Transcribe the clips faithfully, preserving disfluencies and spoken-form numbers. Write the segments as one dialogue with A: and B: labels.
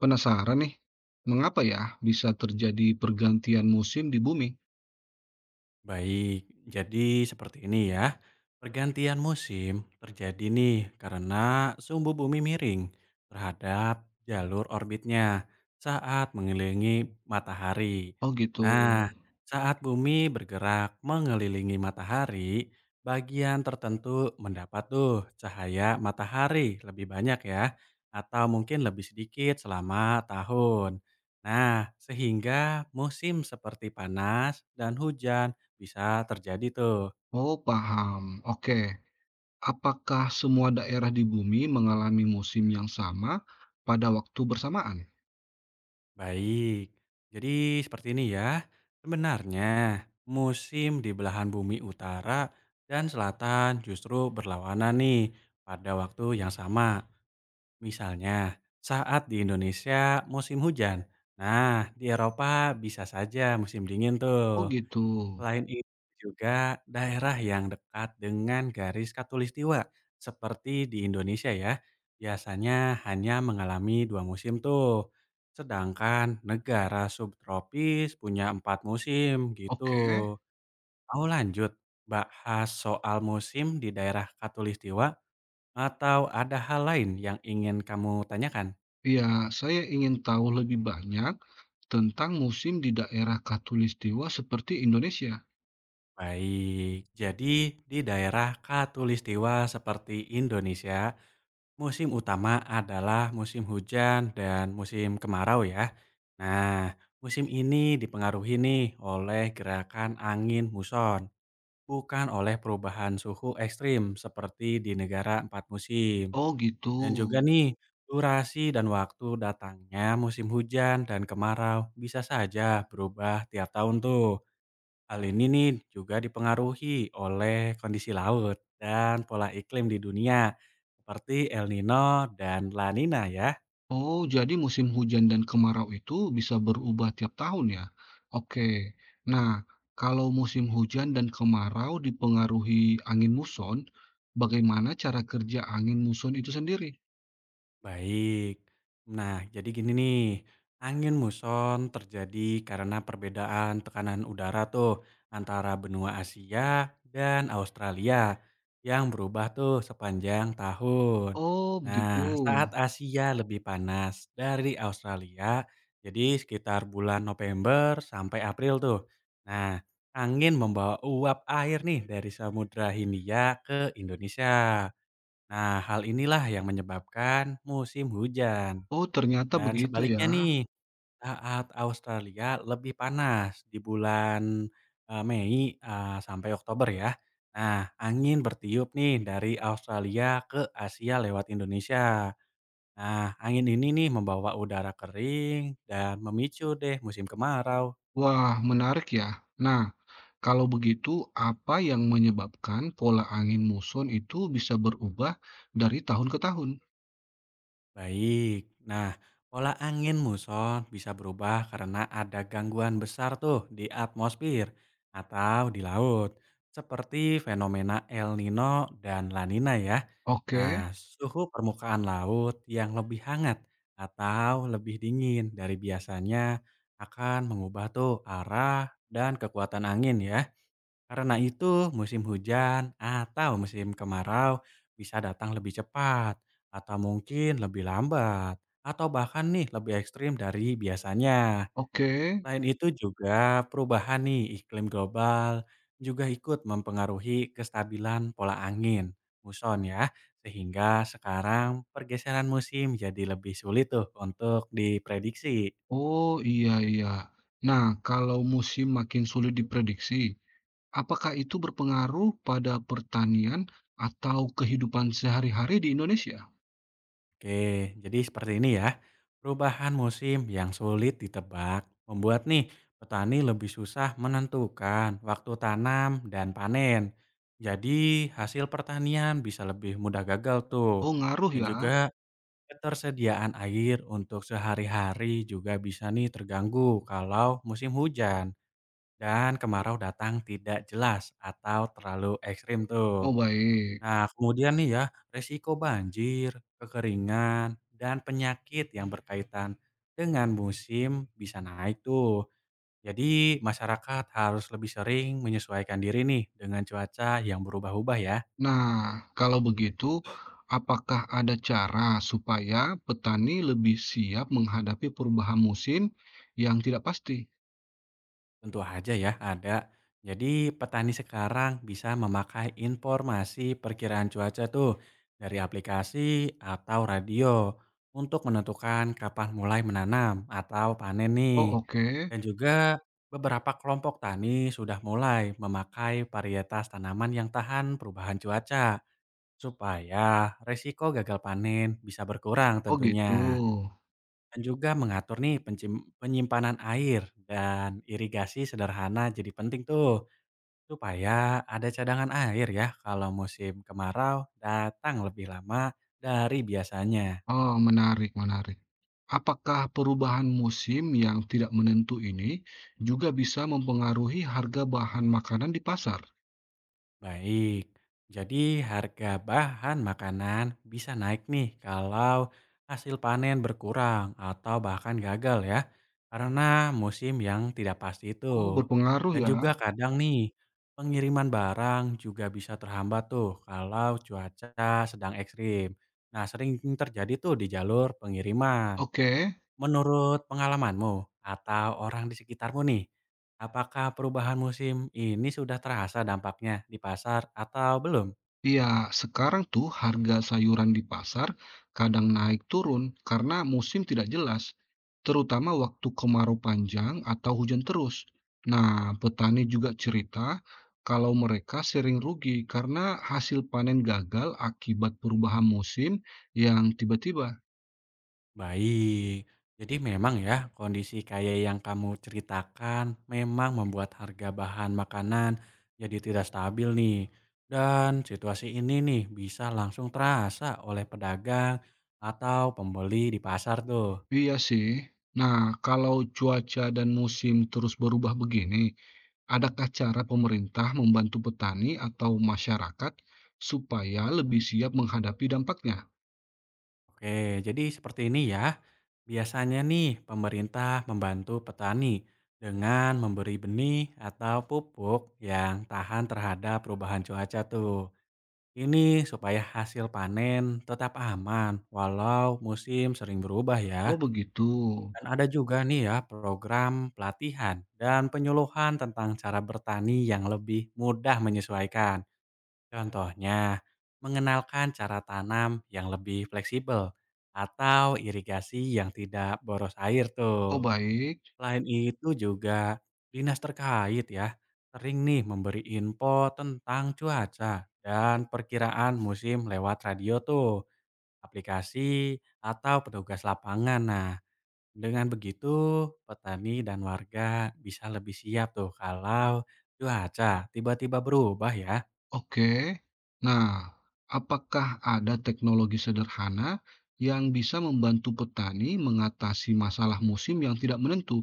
A: Penasaran nih, mengapa ya bisa terjadi pergantian musim di bumi?
B: Baik, jadi seperti ini ya. Pergantian musim terjadi nih karena sumbu bumi miring terhadap jalur orbitnya saat mengelilingi matahari.
A: Oh gitu.
B: Nah, saat bumi bergerak mengelilingi matahari, bagian tertentu mendapat tuh cahaya matahari lebih banyak ya, atau mungkin lebih sedikit selama tahun. Nah, sehingga musim seperti panas dan hujan bisa terjadi tuh.
A: Oh paham. Oke. Apakah semua daerah di bumi mengalami musim yang sama pada waktu bersamaan?
B: Baik. Jadi seperti ini ya. Sebenarnya musim di belahan bumi utara dan selatan justru berlawanan nih pada waktu yang sama. Misalnya saat di Indonesia musim hujan. Nah, di Eropa bisa saja musim dingin
A: Oh
B: tuh.
A: gitu.
B: Selain itu juga daerah yang dekat dengan garis khatulistiwa seperti di Indonesia ya, biasanya hanya mengalami dua musim tuh. Sedangkan negara subtropis punya empat musim
A: Oke.
B: gitu. Mau lanjut bahas soal musim di daerah khatulistiwa atau ada hal lain yang ingin kamu tanyakan?
A: Ya, saya ingin tahu lebih banyak tentang musim di daerah khatulistiwa seperti Indonesia.
B: Baik, jadi di daerah khatulistiwa seperti Indonesia, musim utama adalah musim hujan dan musim kemarau ya. Nah, musim ini dipengaruhi nih oleh gerakan angin muson, bukan oleh perubahan suhu ekstrim seperti di negara empat musim.
A: Oh gitu.
B: Dan juga nih, durasi dan waktu datangnya musim hujan dan kemarau bisa saja berubah tiap tahun tuh. Hal ini nih juga dipengaruhi oleh kondisi laut dan pola iklim di dunia seperti El Nino dan La Nina ya.
A: Oh, jadi musim hujan dan kemarau itu bisa berubah tiap tahun ya? Oke. Nah, kalau musim hujan dan kemarau dipengaruhi angin muson, bagaimana cara kerja angin muson itu sendiri?
B: Baik. Nah, jadi gini nih, angin muson terjadi karena perbedaan tekanan udara tuh antara benua Asia dan Australia yang berubah tuh sepanjang tahun.
A: Oh,
B: Nah, saat
A: begitu.
B: Asia lebih panas dari Australia, jadi sekitar bulan November sampai April tuh. Nah, angin membawa uap air nih dari Samudra Hindia ke Indonesia. Nah, hal inilah yang menyebabkan musim hujan.
A: Oh, ternyata
B: Dan
A: begitu ya.
B: sebaliknya nih, saat Australia lebih panas di bulan, eee, Mei, eee, sampai Oktober ya. Nah, angin bertiup nih dari Australia ke Asia lewat Indonesia. Nah, angin ini nih membawa udara kering dan memicu deh musim kemarau.
A: Wah, menarik ya. Nah, kalau begitu, apa yang menyebabkan pola angin muson itu bisa berubah dari tahun ke tahun?
B: Baik, nah pola angin muson bisa berubah karena ada gangguan besar tuh di atmosfer atau di laut, seperti fenomena El Nino dan La Nina ya.
A: Oke,
B: Nah, suhu permukaan laut yang lebih hangat atau lebih dingin dari biasanya akan mengubah tuh arah dan kekuatan angin ya. Karena itu, musim hujan atau musim kemarau bisa datang lebih cepat, atau mungkin lebih lambat, atau bahkan nih lebih ekstrim dari biasanya.
A: oke.
B: Selain itu juga perubahan nih iklim global juga ikut mempengaruhi kestabilan pola angin, muson ya, sehingga sekarang pergeseran musim jadi lebih sulit tuh untuk diprediksi.
A: Oh, iya iya. Nah, kalau musim makin sulit diprediksi, apakah itu berpengaruh pada pertanian atau kehidupan sehari-hari di Indonesia?
B: Oke, jadi seperti ini ya. Perubahan musim yang sulit ditebak membuat nih petani lebih susah menentukan waktu tanam dan panen. Jadi hasil pertanian bisa lebih mudah gagal tuh.
A: Oh, ngaruh
B: Dan
A: ya.
B: juga ketersediaan air untuk sehari-hari juga bisa nih terganggu kalau musim hujan dan kemarau datang tidak jelas atau terlalu ekstrim
A: Oh,
B: tuh.
A: baik.
B: Nah, kemudian nih ya, risiko banjir, kekeringan, dan penyakit yang berkaitan dengan musim bisa naik tuh. Jadi, masyarakat harus lebih sering menyesuaikan diri nih dengan cuaca yang berubah-ubah ya.
A: Nah, kalau begitu, apakah ada cara supaya petani lebih siap menghadapi perubahan musim yang tidak pasti?
B: Tentu aja ya ada. Jadi petani sekarang bisa memakai informasi perkiraan cuaca tuh dari aplikasi atau radio untuk menentukan kapan mulai menanam atau panen nih.
A: Oh, oke.
B: Dan juga beberapa kelompok tani sudah mulai memakai varietas tanaman yang tahan perubahan cuaca supaya resiko gagal panen bisa berkurang
A: Oh, gitu.
B: tentunya. Dan juga mengatur nih pencim penyimpanan air dan irigasi sederhana jadi penting tuh, supaya ada cadangan air ya kalau musim kemarau datang lebih lama dari biasanya.
A: Oh, menarik menarik. Apakah perubahan musim yang tidak menentu ini juga bisa mempengaruhi harga bahan makanan di pasar?
B: Baik, jadi harga bahan makanan bisa naik nih kalau hasil panen berkurang atau bahkan gagal ya, karena musim yang tidak pasti
A: Oh,
B: itu.
A: berpengaruh
B: Dan
A: ya.
B: juga gitu, kadang nih pengiriman barang juga bisa terhambat tuh kalau cuaca sedang ekstrim. Nah sering terjadi tuh di jalur pengiriman.
A: Oke.
B: Menurut pengalamanmu atau orang di sekitarmu nih, apakah perubahan musim ini sudah terasa dampaknya di pasar atau belum?
A: Iya, sekarang tuh harga sayuran di pasar kadang naik turun karena musim tidak jelas, terutama waktu kemarau panjang atau hujan terus. Nah, petani juga cerita kalau mereka sering rugi karena hasil panen gagal akibat perubahan musim yang tiba-tiba.
B: Baik, jadi memang ya kondisi kayak yang kamu ceritakan memang membuat harga bahan makanan jadi tidak stabil nih. Dan situasi ini nih bisa langsung terasa oleh pedagang atau pembeli di pasar tuh.
A: Iya sih. Nah, kalau cuaca dan musim terus berubah begini, adakah cara pemerintah membantu petani atau masyarakat supaya lebih siap menghadapi dampaknya?
B: Oke, jadi seperti ini ya. Biasanya nih pemerintah membantu petani dengan memberi benih atau pupuk yang tahan terhadap perubahan cuaca tuh. Ini supaya hasil panen tetap aman walau musim sering berubah
A: Oh,
B: ya.
A: begitu.
B: Dan ada juga nih ya program pelatihan dan penyuluhan tentang cara bertani yang lebih mudah menyesuaikan. Contohnya, mengenalkan cara tanam yang lebih fleksibel atau irigasi yang tidak boros air tuh.
A: Oh, baik.
B: Selain itu juga dinas terkait ya sering nih memberi info tentang cuaca dan perkiraan musim lewat radio tuh, aplikasi atau petugas lapangan. Nah, dengan begitu petani dan warga bisa lebih siap tuh kalau cuaca tiba-tiba berubah ya.
A: Oke. Nah, apakah ada teknologi sederhana yang bisa membantu petani mengatasi masalah musim yang tidak menentu,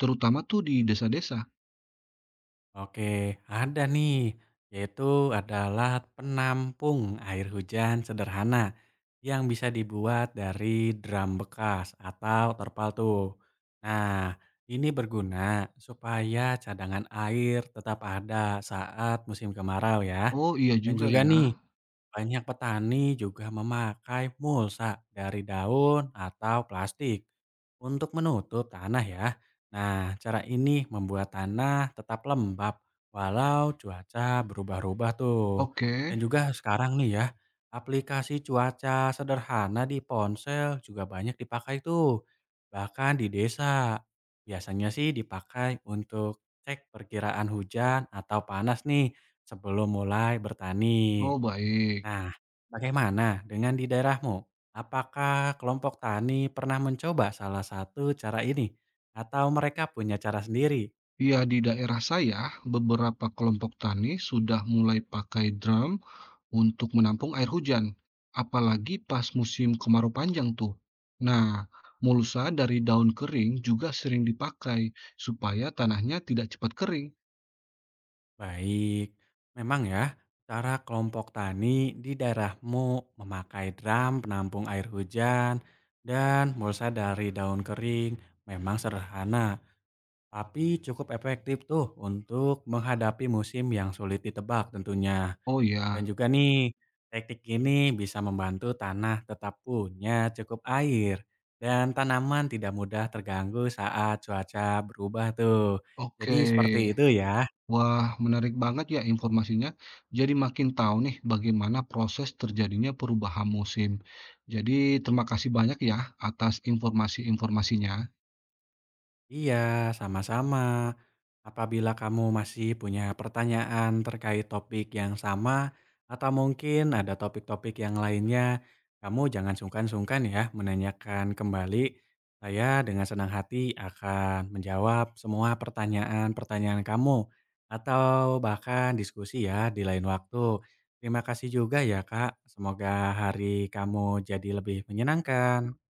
A: terutama tuh di desa-desa?
B: Oke, ada nih, yaitu adalah penampung air hujan sederhana yang bisa dibuat dari drum bekas atau terpal tuh. Nah, ini berguna supaya cadangan air tetap ada saat musim kemarau ya.
A: Oh, iya
B: Dan
A: juga
B: juga
A: ya.
B: nih banyak petani juga memakai mulsa dari daun atau plastik untuk menutup tanah ya. Nah, cara ini membuat tanah tetap lembab walau cuaca berubah-ubah tuh.
A: Oke.
B: Dan juga sekarang nih ya, aplikasi cuaca sederhana di ponsel juga banyak dipakai tuh. Bahkan di desa. Biasanya sih dipakai untuk cek perkiraan hujan atau panas nih sebelum mulai bertani.
A: Oh, baik.
B: Nah, bagaimana dengan di daerahmu? Apakah kelompok tani pernah mencoba salah satu cara ini? Atau mereka punya cara sendiri?
A: Ya, di daerah saya, beberapa kelompok tani sudah mulai pakai drum untuk menampung air hujan, apalagi pas musim kemarau panjang tuh. Nah, mulsa dari daun kering juga sering dipakai supaya tanahnya tidak cepat kering.
B: Baik, memang ya, cara kelompok tani di daerahmu memakai drum penampung air hujan dan mulsa dari daun kering memang sederhana. Tapi cukup efektif tuh untuk menghadapi musim yang sulit ditebak tentunya.
A: Oh ya,
B: Dan juga nih, teknik ini bisa membantu tanah tetap punya cukup air dan tanaman tidak mudah terganggu saat cuaca berubah tuh.
A: oke.
B: Jadi seperti itu ya.
A: Wah, menarik banget ya informasinya. Jadi makin tahu nih bagaimana proses terjadinya perubahan musim. Jadi terima kasih banyak ya atas informasi-informasinya.
B: Iya, sama-sama. Apabila kamu masih punya pertanyaan terkait topik yang sama, atau mungkin ada topik-topik yang lainnya, kamu jangan sungkan-sungkan ya menanyakan kembali. Saya dengan senang hati akan menjawab semua pertanyaan-pertanyaan kamu, atau bahkan diskusi ya di lain waktu. Terima kasih juga ya, Kak. Semoga hari kamu jadi lebih menyenangkan.